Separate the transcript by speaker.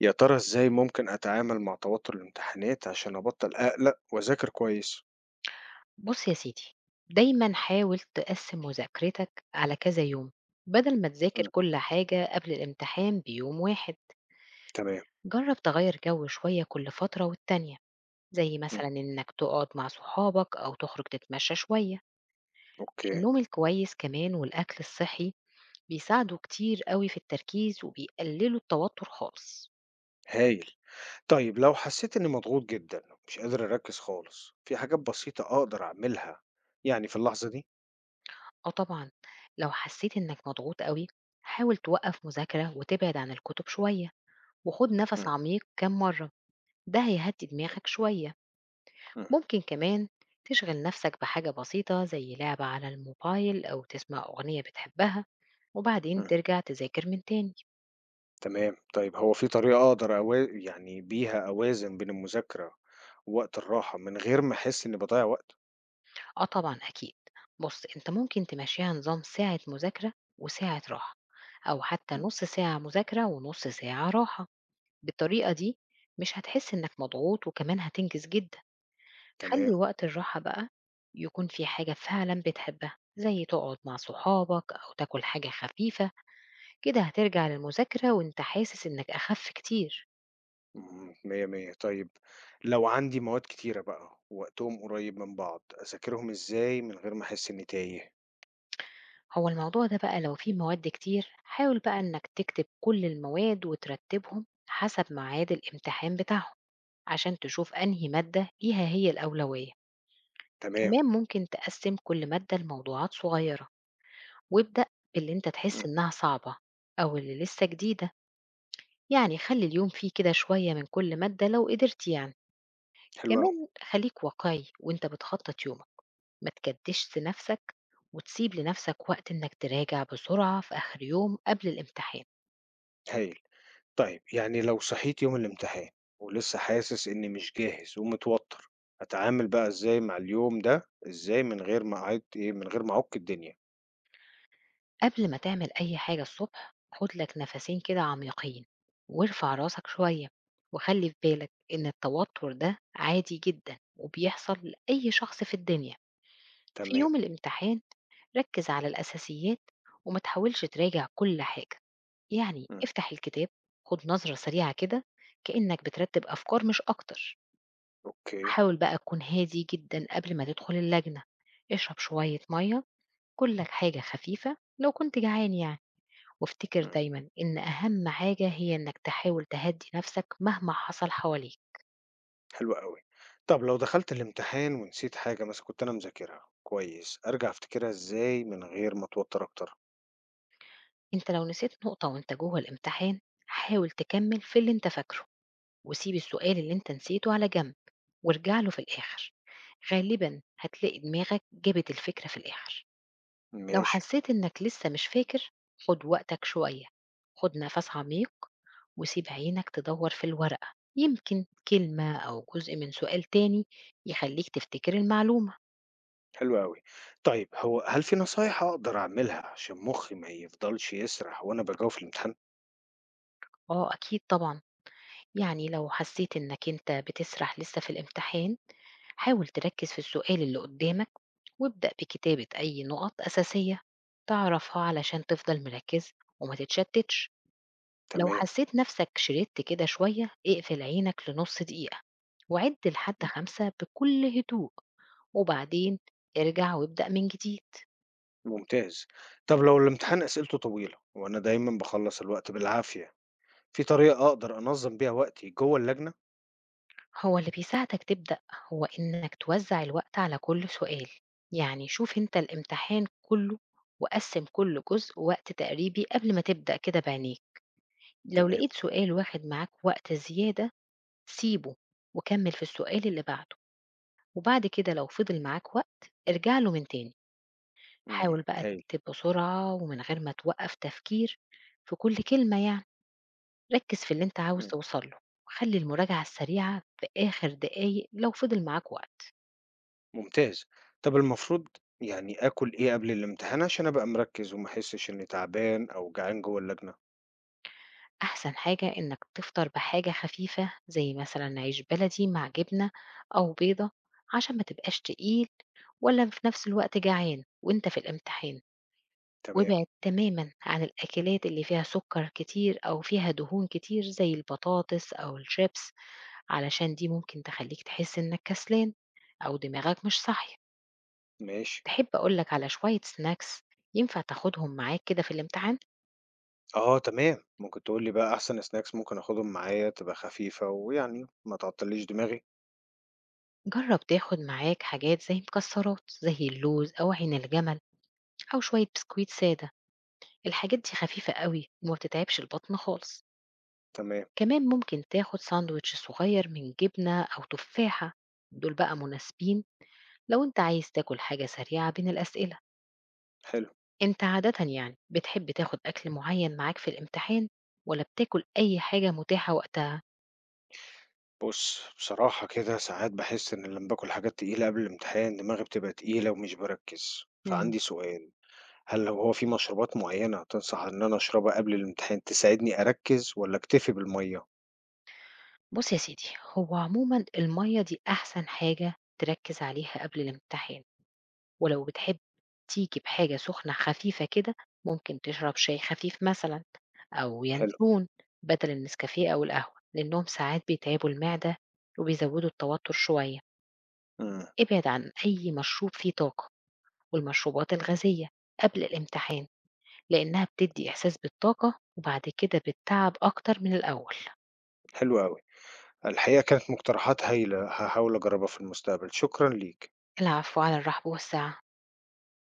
Speaker 1: يا ترى إزاي ممكن أتعامل مع توتر الامتحانات عشان أبطل أقلق وأذاكر كويس؟
Speaker 2: بُص يا سيدي، دايمًا حاول تقسّم مذاكرتك على كذا يوم، بدل ما تذاكر
Speaker 1: مم.
Speaker 2: كل حاجة قبل الامتحان بيوم واحد،
Speaker 1: تمام،
Speaker 2: جرّب تغيّر جو شوية كل فترة والتانية، زي
Speaker 1: مم.
Speaker 2: مثلًا إنك تقعد مع صحابك أو تخرج تتمشى شوية،
Speaker 1: أوكي،
Speaker 2: النوم الكويس كمان والأكل الصحي بيساعدوا كتير أوي في التركيز وبيقللوا التوتر خالص.
Speaker 1: هايل. طيب لو حسيت إني مضغوط جدا مش قادر أركز خالص، في حاجات بسيطة أقدر أعملها يعني في اللحظة دي؟
Speaker 2: آه طبعًا، لو حسّيت إنك مضغوط أوي، حاول توقّف مذاكرة وتبعد عن الكتب شوية، وخُد نَفَس
Speaker 1: مم.
Speaker 2: عميق كام مرّة. ده هيهدي دماغك شوية.
Speaker 1: مم.
Speaker 2: ممكن كمان تشغل نفسك بحاجة بسيطة زي لعبة على الموبايل أو تسمع أغنية بتحبها وبعدين
Speaker 1: مم.
Speaker 2: ترجع تذاكر من تاني.
Speaker 1: تمام، طيب هو في طريقة أقدر يعني بيها أوازن بين المذاكرة ووقت الراحة من غير ما أحس إني بضيع وقت؟
Speaker 2: آه طبعا أكيد. بص، أنت ممكن تمشيها نظام ساعة مذاكرة وساعة راحة، أو حتى
Speaker 1: مم.
Speaker 2: نص ساعة مذاكرة ونص ساعة راحة. بالطريقة دي مش هتحس إنك مضغوط وكمان هتنجز جدا.
Speaker 1: تمام.
Speaker 2: خلي وقت الراحة بقى يكون في حاجة فعلا بتحبها زي تقعد مع صحابك أو تاكل حاجة خفيفة، كده هترجع للمذاكرة وانت حاسس انك اخف كتير.
Speaker 1: إمم، مِيَّة، مِيَّة. طيب لو عندي مواد كتيرة بقى ووقتهم قريب من بعض، أذاكرهم إزاي من غير ما أحس إنّي تايه؟
Speaker 2: هو الموضوع ده بقى لو فيه مواد كتير، حاول بقى انك تكتب كل المواد وترتبهم حسب ميعاد الامتحان بتاعهم، عشان تشوف انهي مادة ليها هي الأولوية.
Speaker 1: تمام،
Speaker 2: كمان ممكن تقسم كل مادة لموضوعات صغيرة، وابدأ باللي انت تحس
Speaker 1: إمم،
Speaker 2: انها صعبة او اللي لسه جديدة. يعني خلي اليوم فيه كده شوية من كل مادة لو قدرت يعني.
Speaker 1: حلو أوي،
Speaker 2: كمان خليك واقعي وانت بتخطط يومك، ما تجدّدش نَفْسك، وتسيب لنَفْسك وقت إنّك تراجع بسرعة في آخر يوم قبل الامتحان.
Speaker 1: هايل. طيب يعني لو صحيت يوم الامتحان ولسه حاسس إنّي مش جاهز ومتوتر، أتعامل بقى إزاي مع اليوم ده، إزاي من غير ما أعيد إيه، من غير ما أعُك الدنيا؟
Speaker 2: قبل ما تعمل أي حاجة الصبح، خُد لك نَفَسين كده عميقين، وارفع راسك شوية، وخلّي في بالك إن التوتُّر ده عادي جدًا وبيحصل لأي شخص في الدنيا. في
Speaker 1: تمام،
Speaker 2: يوم الامتحان، ركِّز على الأساسيات وما تحاولش تراجع كل حاجة. يعني
Speaker 1: إمم،
Speaker 2: افتح الكتاب، خُد نظرة سريعة كده كإنّك بترتِّب أفكار مش أكتر.
Speaker 1: أوكي،
Speaker 2: حاول بقى تكون هادي جدًا قبل ما تدخل اللجنة، اشرب شوية مَيّة، كُل لك حاجة خفيفة لو كنت جعان يعني، وافتكر
Speaker 1: إمم،
Speaker 2: دايمًا إن أهم حاجة هي إنك تحاول تهدّي نَفْسك مهما حصل حواليك.
Speaker 1: حلو أوي. طب لو دخلت الامتحان ونسيت حاجة مثلًا كنت أنا مذاكرها كويس، أرجع أفتكرها إزاي من غير ما أتوتر أكتر؟
Speaker 2: أنت لو نسيت نقطة وأنت جوّه الامتحان، حاول تكمّل في اللي أنت فاكره، وسيب السؤال اللي أنت نسيته على جنب وارجع له في الآخر، غالبًا هتلاقي دماغك جابت الفكرة في الآخر. لو
Speaker 1: ماشي،
Speaker 2: حسيت إنك لسه مش فاكر، خد وقتك شوية، خد نفس عميق، وسيب عينك تدور في الورقة، يمكن كلمة أو جزء من سؤال تاني يخليك تفتكر المعلومة.
Speaker 1: حلو أوي. طيب هو هل في نصايح أقدر أعملها عشان مخي ما يفضلش يسرح وأنا باجاوب في الامتحان؟
Speaker 2: آه أكيد طبعا. يعني لو حسيت إنك أنت بتسرح لسه في الامتحان، حاول تركز في السؤال اللي قدامك، وابدأ بكتابة أي نقط أساسية تعرفها علشان تفضل مركز وما تتشتتش. لو
Speaker 1: تمام،
Speaker 2: حسيت نفسك شردت كده شوية، اقفل عينك لنص دقيقة وعد لحد 5 بكل هدوء، وبعدين ارجع وابدأ من جديد.
Speaker 1: ممتاز. طب لو الامتحان أسئلته طويلة وأنا دايما بخلص الوقت بالعافية، في طريقة أقدر أنظم بيها وقتي جوه اللجنة؟
Speaker 2: هو اللي بيساعدك تبدأ هو إنك توزع الوقت على كل سؤال، يعني شوف انت الامتحان كله وقسم كل جزء وقت تقريبي قبل ما تبدأ كده بعينيك. لو
Speaker 1: تمام،
Speaker 2: لقيت سؤال واخد معاك وقت زيادة، سيبه وكمل في السؤال اللي بعده، وبعد كده لو فضل معاك وقت ارجع له من تاني.
Speaker 1: امم،
Speaker 2: حاول بقى
Speaker 1: هايل،
Speaker 2: تكتب بسرعة ومن غير ما توقف تفكير في كل كلمة يعني، ركز في اللي انت عاوز
Speaker 1: امم،
Speaker 2: توصل له، وخلي المراجعة السريعة في آخر دقايق لو فضل معاك وقت.
Speaker 1: ممتاز. طب المفروض يعني آكل إيه قبل الامتحان عشان أبقى مركز وما أحسش إني تعبان أو جعان جوه اللجنة؟
Speaker 2: أحسن حاجة إنك تفطر بحاجة خفيفة زي مثلا عيش بلدي مع جبنة أو بيضة، عشان ما تبقاش تقيل ولا في نفس الوقت جعان وانت في الامتحان.
Speaker 1: تمام،
Speaker 2: وابعد تماما عن الأكلات اللي فيها سكر كتير أو فيها دهون كتير زي البطاطس أو الشيبس، علشان دي ممكن تخلّيك تحس إنك كسلان أو دماغك مش صاحية.
Speaker 1: ماشي.
Speaker 2: تحب أقول لك على شوية snacks ينفع تاخدهم معاك كده في الامتحان؟
Speaker 1: آه تمام، ممكن تقول لي بقى أحسن snacks ممكن آخدهم معايا تبقى خفيفة ويعني ما تعطّليش دماغي؟
Speaker 2: جرّب تاخد معاك حاجات زي مكسّرات، زي اللوز أو عين الجمل أو شوية بسكويت سادة، الحاجات دي خفيفة أوي وما بتتعبش البطن خالص.
Speaker 1: تمام،
Speaker 2: كمان ممكن تاخد ساندويتش صغير من جبنة أو تفاحة، دول بقى مناسبين لو أنت عايز تاكل حاجة سريعة بين الأسئلة.
Speaker 1: حلو.
Speaker 2: أنت عادةً يعني بتحب تاخد أكل معيّن معاك في الامتحان والّا بتاكل أي حاجة متاحة وقتها؟
Speaker 1: بُص، بصراحة كده ساعات باحس إن لمّا باكل حاجات تقيلة قبل الامتحان دماغي بتبقى تقيلة ومش باركّز،
Speaker 2: إمم.
Speaker 1: فعندي سؤال، هل لو هو في مشروبات معيّنة تنصح إن أنا أشربها قبل الامتحان تساعدني أركّز والّا أكتفي بالمَيّة؟
Speaker 2: بُص يا سيدي، هو عمومًا المَيّة دي أحسن حاجة تركّز عليها قبل الامتحان، ولو بتحب تيجي بحاجة سخنة خفيفة كده، ممكن تشرب شاي خفيف مثلًا أو
Speaker 1: حلو،
Speaker 2: ينسون بدل النسكافيه أو القهوة، لأنهم ساعات بيتعبوا المعدة وبيزودوا التوتر شوية.
Speaker 1: إمم،
Speaker 2: ابعد عن أي مشروب فيه طاقة والمشروبات الغازية قبل الامتحان، لإنها بتدّي إحساس بالطاقة وبعد كده بالتعب أكتر من الأول.
Speaker 1: حلو أوي. الحقيقة كانت مقترحات هايلة، هاحاول أجرّبها في المستقبل، شكرًا ليك.
Speaker 2: العفو، على الرحب والسعة.